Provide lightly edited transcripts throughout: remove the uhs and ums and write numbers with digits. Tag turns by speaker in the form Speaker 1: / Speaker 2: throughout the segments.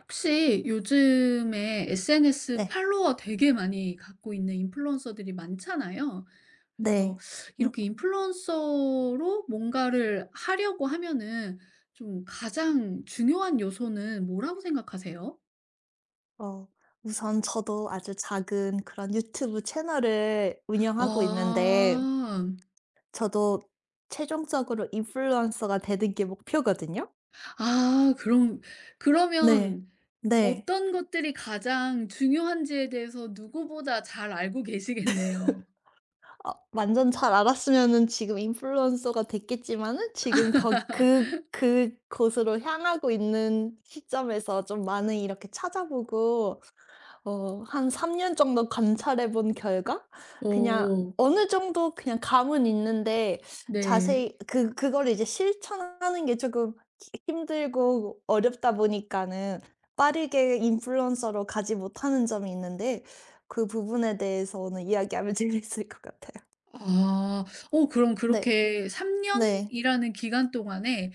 Speaker 1: 혹시 요즘에 SNS
Speaker 2: 네.
Speaker 1: 팔로워 되게 많이 갖고 있는 인플루언서들이 많잖아요.
Speaker 2: 네.
Speaker 1: 그래서
Speaker 2: 음.
Speaker 1: 이렇게 인플루언서로 뭔가를 하려고 하면은 좀 가장 중요한 요소는 뭐라고 생각하세요?
Speaker 2: 어 우선 저도 아주 작은 그런 유튜브 채널을 운영하고 있는데
Speaker 1: 아,
Speaker 2: 저도 최종적으로 인플루언서가 되는 게 목표거든요.
Speaker 1: 아,
Speaker 2: 네.
Speaker 1: 그러면
Speaker 2: 네.
Speaker 1: 어떤 것들이 가장 중요한지에 대해서 누구보다 잘 알고 계시겠네요.
Speaker 2: 완전 잘 알았으면은 지금 인플루언서가 됐겠지만은 지금 거 그 그곳으로 향하고 있는 시점에서 좀 많이 이렇게 찾아보고 한 3년 정도 관찰해 본 결과 그냥
Speaker 1: 오,
Speaker 2: 어느 정도 그냥 감은 있는데
Speaker 1: 네.
Speaker 2: 자세히 그걸 이제 실천하는 게 조금 히 힘들고 어렵다 보니까는 빠르게 인플루언서로 가지 못하는 점이 있는데 그 부분에 대해서는 이야기하면 재미있을 것 같아요.
Speaker 1: 아. 어 그럼
Speaker 2: 네.
Speaker 1: 그렇게 3
Speaker 2: 네.
Speaker 1: 년이라는 기간 동안에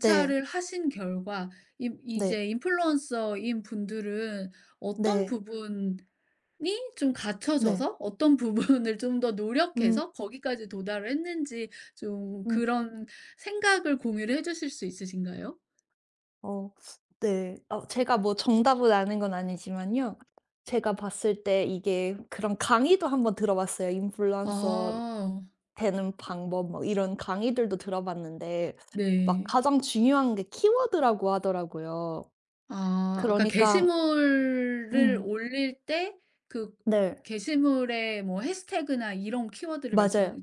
Speaker 2: 네.
Speaker 1: 하신 결과 이제
Speaker 2: 네.
Speaker 1: 인플루언서인 분들은 어떤
Speaker 2: 네.
Speaker 1: 부분이 좀
Speaker 2: 네.
Speaker 1: 갖춰져서 어떤 부분을 좀 더
Speaker 2: 음.
Speaker 1: 노력해서 거기까지 도달을 했는지 좀
Speaker 2: 음.
Speaker 1: 그런 생각을 공유를 해 주실 수 있으신가요?
Speaker 2: 어 네. 제가 뭐 정답을 아는 건 아니지만요. 제가 봤을 때 이게 그런 강의도 한번 들어봤어요. 인플루언서
Speaker 1: 아.
Speaker 2: 되는 방법 뭐 이런 강의들도 들어봤는데 막
Speaker 1: 네.
Speaker 2: 가장 중요한 게 키워드라고 하더라고요.
Speaker 1: 아 그러니까
Speaker 2: 그러니까
Speaker 1: 게시물을
Speaker 2: 음
Speaker 1: 올릴 때 그
Speaker 2: 네.
Speaker 1: 게시물에 뭐 해시태그나 이런 키워드를 말씀하시
Speaker 2: 맞아요.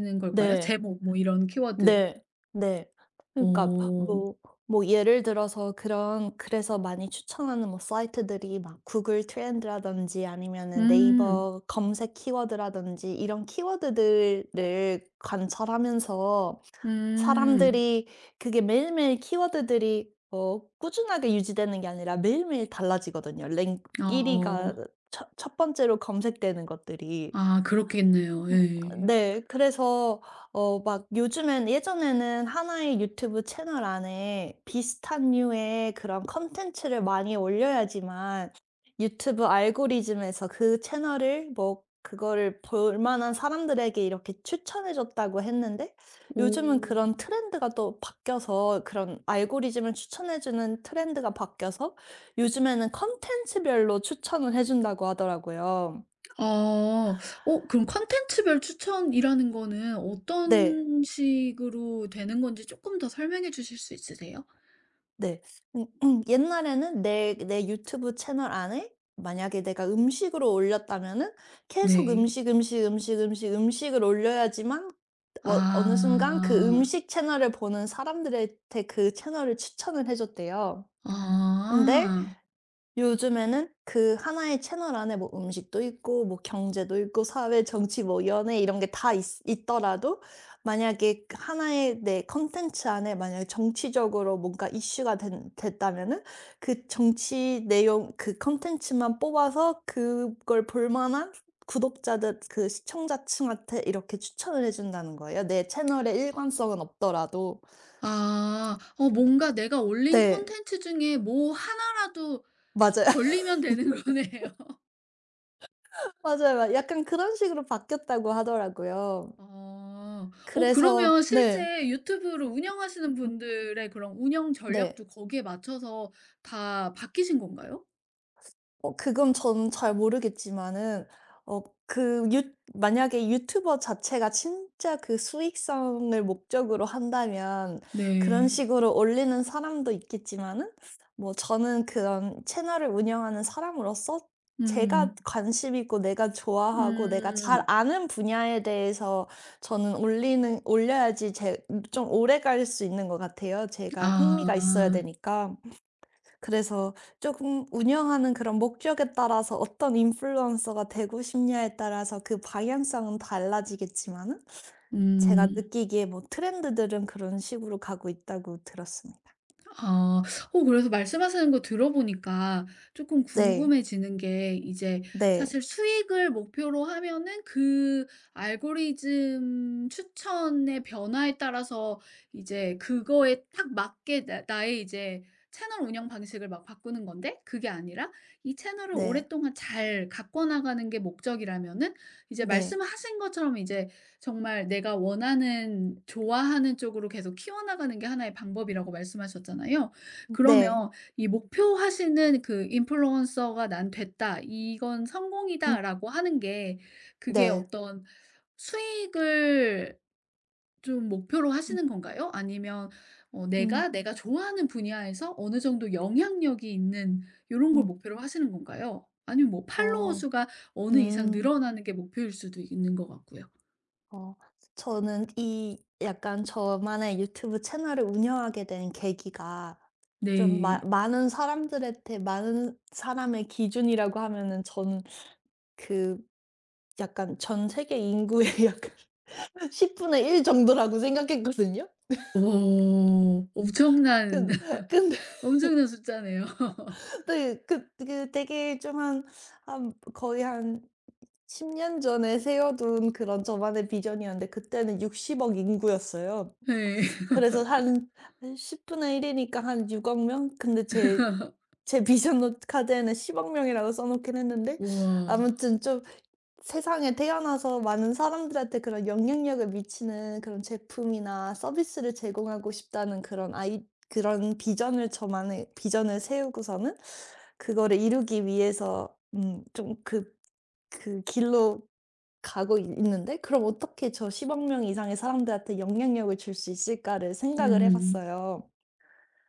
Speaker 1: 는 걸까요?
Speaker 2: 네.
Speaker 1: 제목 뭐 이런 키워드.
Speaker 2: 네. 네. 그러니까
Speaker 1: 어.
Speaker 2: 뭐 예를 들어서 그런 그래서 많이 추천하는 뭐 사이트들이 막 구글 트렌드라든지 아니면은
Speaker 1: 음.
Speaker 2: 네이버 검색 키워드라든지 이런 키워드들을 관찰하면서
Speaker 1: 음.
Speaker 2: 사람들이 그게 매일매일 키워드들이 꾸준하게 유지되는 게 아니라 매일매일 달라지거든요. 랭 1위 위가
Speaker 1: 어.
Speaker 2: 첫 번째로 검색되는 것들이.
Speaker 1: 아 그렇겠네요. 예.
Speaker 2: 네. 그래서 막 요즘엔 예전에는 하나의 유튜브 채널 안에 비슷한 류의 그런 콘텐츠를 많이 올려야지만 유튜브 알고리즘에서 그 채널을 뭐 그거를 볼 만한 사람들에게 이렇게 추천해 줬다고 했는데 요즘은
Speaker 1: 오.
Speaker 2: 그런 트렌드가 또 바뀌어서 그런 알고리즘을 추천해 주는 트렌드가 바뀌어서 요즘에는 콘텐츠별로 추천을 해 준다고 하더라고요.
Speaker 1: 아. 어 그럼 콘텐츠별 추천이라는 거는
Speaker 2: 네.
Speaker 1: 어떤 식으로 되는 건지 조금 더 설명해 주실 수 있으세요?
Speaker 2: 네. 옛날에는 내 유튜브 채널 안에 만약에 내가 음식으로 올렸다면은 계속
Speaker 1: 네.
Speaker 2: 음식, 음식, 음식, 음식, 음식을 올려야지만 어느 순간 그
Speaker 1: 아.
Speaker 2: 음식 채널을 보는 사람들한테 그 채널을 추천을 해 줬대요. 근데
Speaker 1: 아.
Speaker 2: 요즘에는 그 하나의 채널 안에 뭐 음식도 있고 뭐 경제도 있고 사회, 정치, 뭐 연애 이런 게 다 있더라도 만약에 그 하나의 내 컨텐츠 안에 만약에 정치적으로 뭔가 이슈가 됐다면은 그 정치 내용 그 컨텐츠만 뽑아서 그걸 볼 만한 구독자들 그 시청자층한테 이렇게 추천을 해준다는 거예요. 내 채널의 일관성은 없더라도.
Speaker 1: 아. 어 뭔가 내가 올린
Speaker 2: 네.
Speaker 1: 콘텐츠 중에 뭐 하나라도
Speaker 2: 맞아요.
Speaker 1: 걸리면 되는 거네요.
Speaker 2: 맞아요. 약간 그런 식으로 바뀌었다고 하더라고요.
Speaker 1: 어. 어
Speaker 2: 그래서
Speaker 1: 그러면
Speaker 2: 네.
Speaker 1: 실제 유튜브를 운영하시는 분들의 그런 운영
Speaker 2: 네.
Speaker 1: 전략도 거기에 맞춰서 다 바뀌신 건가요?
Speaker 2: 그건 저는 잘 모르겠지만은 어 그 유 만약에 유튜버 자체가 진짜 그 수익성을 목적으로 한다면 그런
Speaker 1: 네.
Speaker 2: 식으로 올리는 사람도 있겠지만은 뭐 저는 그런 채널을 운영하는 사람으로서 제가
Speaker 1: 음.
Speaker 2: 관심 있고 내가 좋아하고 내가 잘
Speaker 1: 음.
Speaker 2: 아는 분야에 대해서 저는 올리는 올려야지 제 좀 오래 갈 수 있는 것 같아요 제가 흥미가 있어야
Speaker 1: 아.
Speaker 2: 되니까. 그래서 조금 운영하는 그런 목적에 따라서 어떤 인플루언서가 되고 싶냐에 따라서 그 방향성은 달라지겠지만은 제가
Speaker 1: 음.
Speaker 2: 느끼기에 뭐 트렌드들은 그런 식으로 가고 있다고 들었습니다.
Speaker 1: 아. 어 그래서 말씀하시는 거 들어보니까 조금
Speaker 2: 네.
Speaker 1: 궁금해지는 게 이제
Speaker 2: 네.
Speaker 1: 사실 수익을 목표로 하면은 그 알고리즘 추천의 변화에 따라서 이제 그거에 딱 맞게 나 나의 이제 채널 운영 방식을 막 바꾸는 건데 그게 아니라 이 채널을
Speaker 2: 네.
Speaker 1: 오랫동안 잘 가꿔 나가는 게 목적이라면은 이제
Speaker 2: 네.
Speaker 1: 말씀하신 것처럼 이제 정말 내가 원하는 좋아하는 쪽으로 계속 키워나가는 게 하나의 방법이라고 말씀하셨잖아요.
Speaker 2: 네.
Speaker 1: 그러면 이 목표하시는 그 '인플루언서가 난 됐다. 이건
Speaker 2: 음
Speaker 1: 성공이다.'라고 하는 게 그게
Speaker 2: 네.
Speaker 1: 어떤 수익을 좀 목표로
Speaker 2: 음
Speaker 1: 하시는 건가요? 아니면 어
Speaker 2: 음
Speaker 1: 내가 좋아하는 분야에서 어느 정도 영향력이 있는 이런 걸
Speaker 2: 음.
Speaker 1: 목표로 하시는 건가요? 아니면 뭐 팔로워
Speaker 2: 어.
Speaker 1: 수가 어느 이상
Speaker 2: 음.
Speaker 1: 늘어나는 게 목표일 수도 있는 것 같고요.
Speaker 2: 어 저는 이 약간 저만의 유튜브 채널을 운영하게 된 계기가 좀 마
Speaker 1: 네.
Speaker 2: 많은 사람들한테 많은 사람의 기준이라고 하면은 저는 그 약간 전 세계 인구의 약간 10분의 1 정도라고 생각했거든요.
Speaker 1: 오. 엄청난
Speaker 2: 근데 근데
Speaker 1: 엄청난 숫자네요.
Speaker 2: 네 그 되게 좀 한 한 거의 한 10년 전에 세워둔 그런 저만의 비전이었는데 그때는 60억 인구였어요.
Speaker 1: 네.
Speaker 2: 그래서 한십 10분의 1 이니까 한6억 명? 근데 제 비전 노 카드에는 1 0 명이라고 써 놓긴 했는데
Speaker 1: 우와.
Speaker 2: 아무튼 좀 세상에 태어나서 많은 사람들한테 그런 영향력을 미치는 그런 제품이나 서비스를 제공하고 싶다는 그런 아이 그런 비전을 저만의 비전을 세우고서는 그거를 이루기 위해서 좀 그 길로 가고 있는데 '그럼 어떻게 저 10억 명 이상의 사람들한테 영향력을 줄 수 있을까?'를 생각을 해
Speaker 1: 음.
Speaker 2: 봤어요.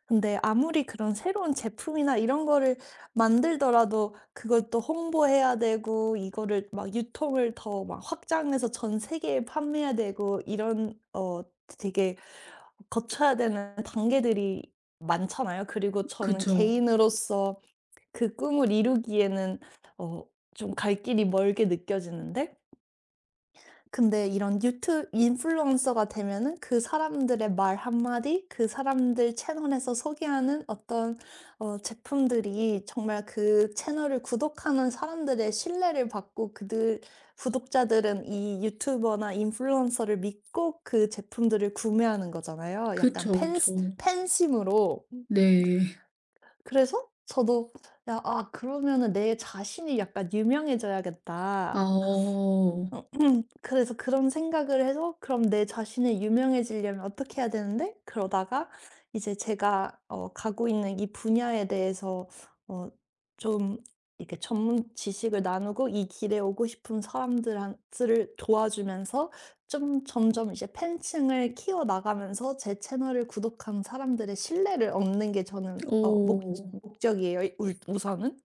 Speaker 2: 근데 아무리 그런 새로운 제품이나 이런 거를 만들더라도 그걸 또 홍보해야 되고 이거를 막 유통을 더 막 확장해서 전 세계에 판매해야 되고 이런 되게 거쳐야 되는 단계들이 많잖아요. 그리고 저는
Speaker 1: 그쵸.
Speaker 2: 개인으로서 그 꿈을 이루기에는 어 좀 갈 길이 멀게 느껴지는데 근데 이런 유튜브 인플루언서가 되면은 그 사람들의 말 한마디, 그 사람들 채널에서 소개하는 어떤 제품들이 정말 그 채널을 구독하는 사람들의 신뢰를 받고 그들 구독자들은 이 유튜버나 인플루언서를 믿고 그 제품들을 구매하는 거잖아요. 약간
Speaker 1: 그쵸,
Speaker 2: 팬
Speaker 1: 그쵸.
Speaker 2: 팬심으로.
Speaker 1: 네.
Speaker 2: 그래서 저도 '야 아 그러면은 내 자신이 약간
Speaker 1: 아
Speaker 2: 유명해져야겠다.'
Speaker 1: 어.
Speaker 2: 어 그래서 그런 생각을 해서 그럼 내 자신이 유명해지려면 어떻게 해야 되는데 그러다가 이제 제가 가고 있는 이 분야에 대해서 어 좀 이렇게 전문 지식을 나누고 이 길에 오고 싶은 사람들한 들을 도와주면서 좀 점점 이제 팬층을 키워나가면서 제 채널을 구독한 사람들의 신뢰를 얻는 게 저는 어 목
Speaker 1: 오.
Speaker 2: 목적이에요 울 우선은.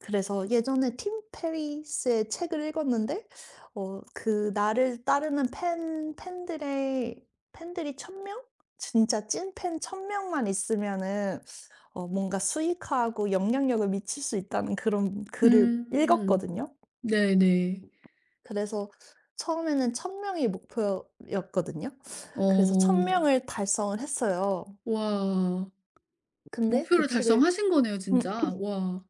Speaker 2: 그래서 예전에 팀 페리스의 책을 읽었는데 그 나를 따르는 팬 팬들의 팬들이 1000 명? 진짜 찐팬 1000 명만 있으면은 뭔가 수익화하고 영향력을 미칠 수 있다는 그런 글을
Speaker 1: 음.
Speaker 2: 읽었거든요.
Speaker 1: 네네.
Speaker 2: 그래서 처음에는 1000 명이 목표였거든요. 그래서 1000
Speaker 1: 어.
Speaker 2: 명을 달성을 했어요.
Speaker 1: 와.
Speaker 2: 근데 그
Speaker 1: 목표를
Speaker 2: 책을
Speaker 1: 달성하신 거네요
Speaker 2: 음
Speaker 1: 진짜. 와.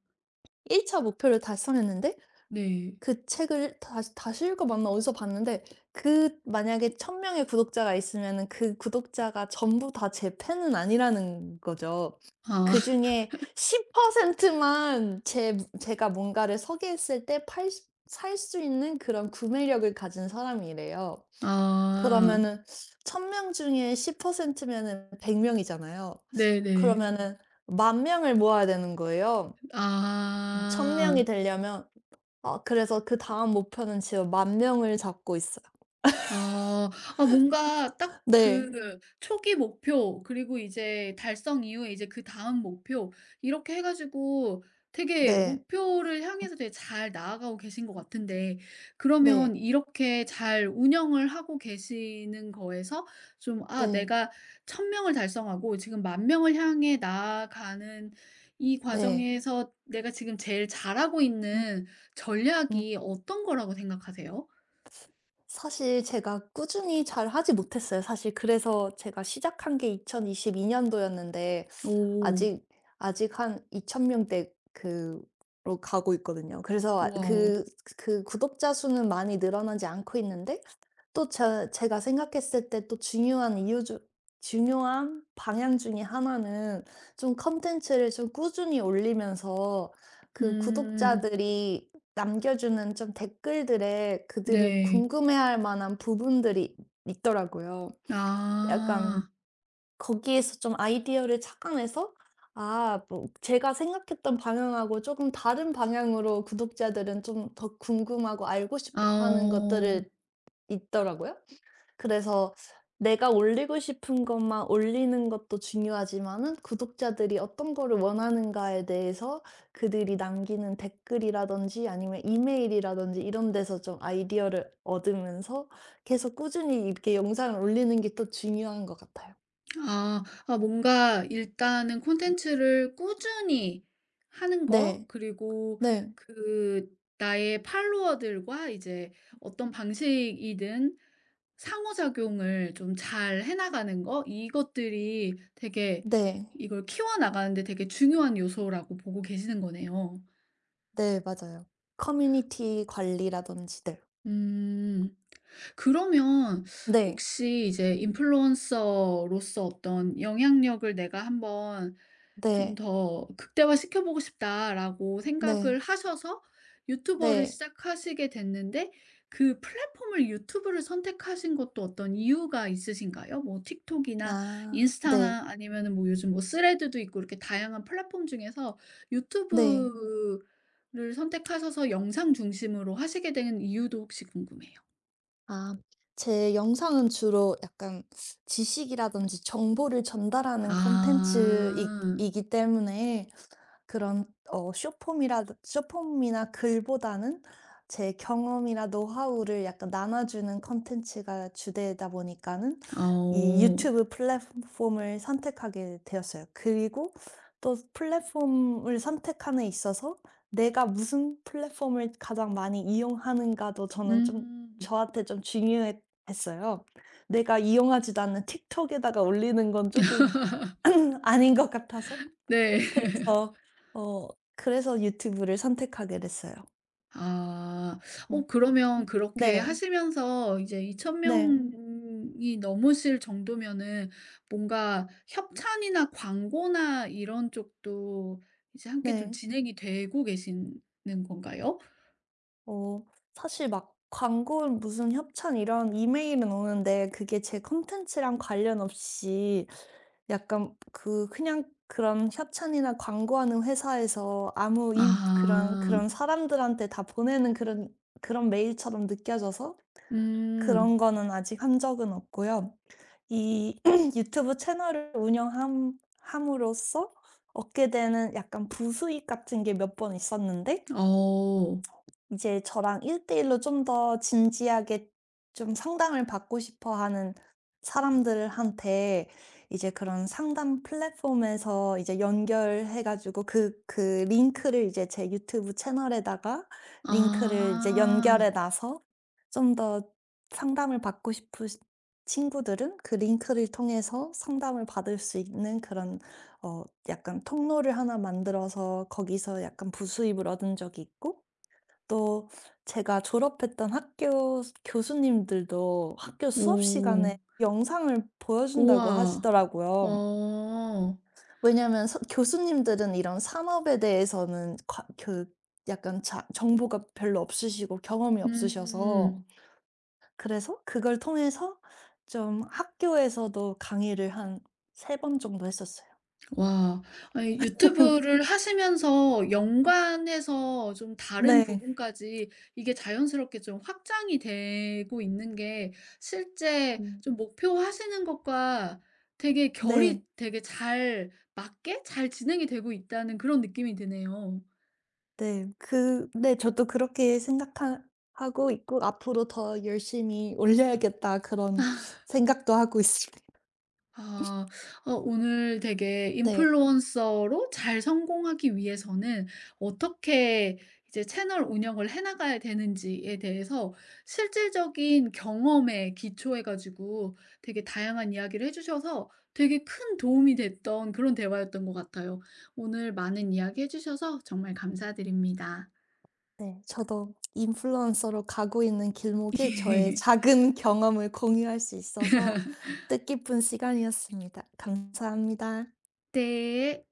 Speaker 2: 1차 차 목표를 달성했는데
Speaker 1: 네.
Speaker 2: 그 책을 다시 다시 읽어봤나 어디서 봤는데 그 만약에 1000 명의 구독자가 있으면은 그 구독자가 전부 다 제 팬은 아니라는 거죠.
Speaker 1: 아.
Speaker 2: 그중에 10%만 제 제가 뭔가를 소개했을 때 팔 수 살 수 있는 그런 구매력을 가진 사람이래요.
Speaker 1: 아.
Speaker 2: 그러면은 1000명 중에 10% 면은 100 명이잖아요.
Speaker 1: 네네.
Speaker 2: 그러면은 1 명을 모아야 되는 거예요. 1000
Speaker 1: 아.
Speaker 2: 명이 되려면 아 그래서 그다음 목표는 지금 만 명을 잡고 있어요.
Speaker 1: 아. 아 뭔가 딱
Speaker 2: 네.
Speaker 1: 그 초기 목표 그리고 이제 달성 이후에 이제 그다음 목표 이렇게 해 가지고 되게
Speaker 2: 네.
Speaker 1: 목표를 향해서 되게 잘 나아가고 계신 것 같은데 그러면
Speaker 2: 네.
Speaker 1: 이렇게 잘 운영을 하고 계시는 거에서 좀 '아
Speaker 2: 네.
Speaker 1: 내가 천 명을 달성하고 지금 만 명을 향해 나아가는 이
Speaker 2: 네.
Speaker 1: 과정에서 내가 지금 제일 잘하고
Speaker 2: 음
Speaker 1: 있는
Speaker 2: 음.
Speaker 1: 전략이 어떤 거라고 생각하세요?'
Speaker 2: 사실 제가 꾸준히 잘 하지 못했어요. 사실 그래서 제가 시작한 게 2022 년도였는데
Speaker 1: 오.
Speaker 2: 아직 아직 한 2,000명대 그로 가고 있거든요. 그래서 아
Speaker 1: 우와.
Speaker 2: 그 구독자 수는 많이 늘어나지 않고 있는데 또 제 제가 생각했을 때 또 중요한 이유 중 중요한 방향 중에 하나는 좀 콘텐츠를 좀 꾸준히 올리면서 그
Speaker 1: 음.
Speaker 2: 구독자들이 남겨주는 좀 댓글들에 그들이
Speaker 1: 네.
Speaker 2: 궁금해할 만한 부분들이 있더라고요. 약간
Speaker 1: 아.
Speaker 2: 거기에서 좀 아이디어를 착안해서 아 뭐 제가 생각했던 방향하고 조금 다른 방향으로 구독자들은 좀 더 궁금하고 알고
Speaker 1: 아
Speaker 2: 싶어 하는
Speaker 1: 어.
Speaker 2: 것들을 있더라고요. 그래서 내가 올리고 싶은 것만 올리는 것도 중요하지만은 구독자들이 어떤 거를 원하는가에 대해서 그들이 남기는 댓글이라든지 아니면 이메일이라든지 이런 데서 좀 아이디어를 얻으면서 계속 꾸준히 이렇게 영상을 올리는 게 또 중요한 것 같아요.
Speaker 1: 아. 아 뭔가 일단은 콘텐츠를 꾸준히 하는 거
Speaker 2: 네.
Speaker 1: 그리고
Speaker 2: 네.
Speaker 1: 그 나의 팔로워들과 이제 어떤 방식이든 상호작용을 좀 잘 해 나가는 거 이것들이 되게
Speaker 2: 네.
Speaker 1: 이걸 키워 나가는 데 되게 중요한 요소라고 보고 계시는 거네요.
Speaker 2: 네 맞아요. 커뮤니티 관리라든지 네.
Speaker 1: 음. 그러면
Speaker 2: 네.
Speaker 1: 혹시 이제 인플루언서로서 어떤 '영향력을 내가 한번 좀
Speaker 2: 네.
Speaker 1: 더 극대화시켜 보고 싶다.'라고
Speaker 2: 네.
Speaker 1: 생각을 하셔서 유튜버를
Speaker 2: 네.
Speaker 1: 시작하시게 됐는데 그 플랫폼을 유튜브를 선택하신 것도 어떤 이유가 있으신가요? 뭐 틱톡이나
Speaker 2: 아 네.
Speaker 1: 인스타나 아니면은 뭐 요즘 뭐 스레드도 있고 이렇게 다양한 플랫폼 중에서
Speaker 2: 네.
Speaker 1: 유튜브 를 선택하셔서 영상 중심으로 하시게 된 이유도 혹시 궁금해요.
Speaker 2: 아 제 영상은 주로 약간 지식이라든지 정보를 전달하는 콘텐츠이
Speaker 1: 아.
Speaker 2: 이기 때문에 그런 쇼폼이라 쇼폼이나 글보다는 제 경험이나 노하우를 약간 나눠주는 콘텐츠가 주되다 보니까는 이
Speaker 1: 어.
Speaker 2: 유튜브 플랫폼을 선택하게 되었어요. 그리고 또 플랫폼을 선택함에 있어서 내가 무슨 플랫폼을 가장 많이 이용하는가도 저는 좀
Speaker 1: 음.
Speaker 2: 저한테 좀 중요했어요. 내가 이용하지도 않는 틱톡에다가 올리는 건 조금 아닌 것 같아서
Speaker 1: 네.
Speaker 2: 그래서 어 유튜브를 선택하게 됐어요.
Speaker 1: 아.
Speaker 2: 음.
Speaker 1: 어 그러면 그렇게
Speaker 2: 네.
Speaker 1: 하시면서 이제 2천
Speaker 2: 네.
Speaker 1: 명이 넘으실 정도면은 뭔가 협찬이나 광고나 이런 쪽도 이제 함께 좀
Speaker 2: 네.
Speaker 1: 진행이 되고 계시는 건가요?
Speaker 2: 어 사실 막 광고는 무슨 협찬 이런 이메일은 오는데 그게 제 콘텐츠랑 관련 없이 약간 그냥 그런 협찬이나 광고하는 회사에서 아무 임 그런
Speaker 1: 아.
Speaker 2: 사람들한테 다 보내는 그런 메일처럼 느껴져서 그런
Speaker 1: 음.
Speaker 2: 거는 아직 한 적은 없고요. 이 유튜브 채널을 운영함 함으로써 얻게 되는 약간 부수익 같은 게 몇 번 있었는데
Speaker 1: 어.
Speaker 2: 이제 저랑 1:1 로 좀 더 진지하게 좀 상담을 받고 싶어 하는 사람들한테 이제 그런 상담 플랫폼에서 이제 연결해 가지고 그 링크를 이제 제 유튜브 채널에다가 링크를 이제
Speaker 1: 아.
Speaker 2: 연결해 놔서 좀 더 상담을 받고 싶은 친구들은 그 링크를 통해서 상담을 받을 수 있는 그런 약간 통로를 하나 만들어서 거기서 약간 부수입을 얻은 적이 있고 또 제가 졸업했던 학교 교수님들도 학교 수업
Speaker 1: 오.
Speaker 2: 시간에 영상을 보여준다고
Speaker 1: 우와.
Speaker 2: 하시더라고요.
Speaker 1: 어.
Speaker 2: 왜냐하면 서 교수님들은 이런 산업에 대해서는 과 그 약간 자 정보가 별로 없으시고 경험이 없으셔서
Speaker 1: 음.
Speaker 2: 그래서 그걸 통해서 좀 학교에서도 강의를 한 세 번 정도 했었어요.
Speaker 1: 와. 아니 유튜브를 하시면서 연관해서 좀 다른
Speaker 2: 네.
Speaker 1: 부분까지 이게 자연스럽게 좀 확장이 되고 있는 게 실제
Speaker 2: 음.
Speaker 1: 좀 목표하시는 것과 되게 결이
Speaker 2: 네.
Speaker 1: 되게 잘 맞게 잘 진행이 되고 있다는 그런 느낌이 드네요.
Speaker 2: 네. 그 네 저도 그렇게 생각하 하고 있고 '앞으로 더 열심히 올려야겠다.' 그런
Speaker 1: 아,
Speaker 2: 생각도 하고 있습니다.
Speaker 1: 아. 어 오늘 되게
Speaker 2: 네.
Speaker 1: 인플루언서로 잘 성공하기 위해서는 어떻게 이제 채널 운영을 해 나가야 되는지에 대해서 실질적인 경험에 기초해 가지고 되게 다양한 이야기를 해 주셔서 되게 큰 도움이 됐던 그런 대화였던 것 같아요. 오늘 많은 이야기 해 주셔서 정말 감사드립니다.
Speaker 2: 네. 저도 인플루언서로 가고 있는 길목에 저의 작은 경험을 공유할 수 있어서 뜻깊은 시간이었습니다. 감사합니다.
Speaker 1: 네.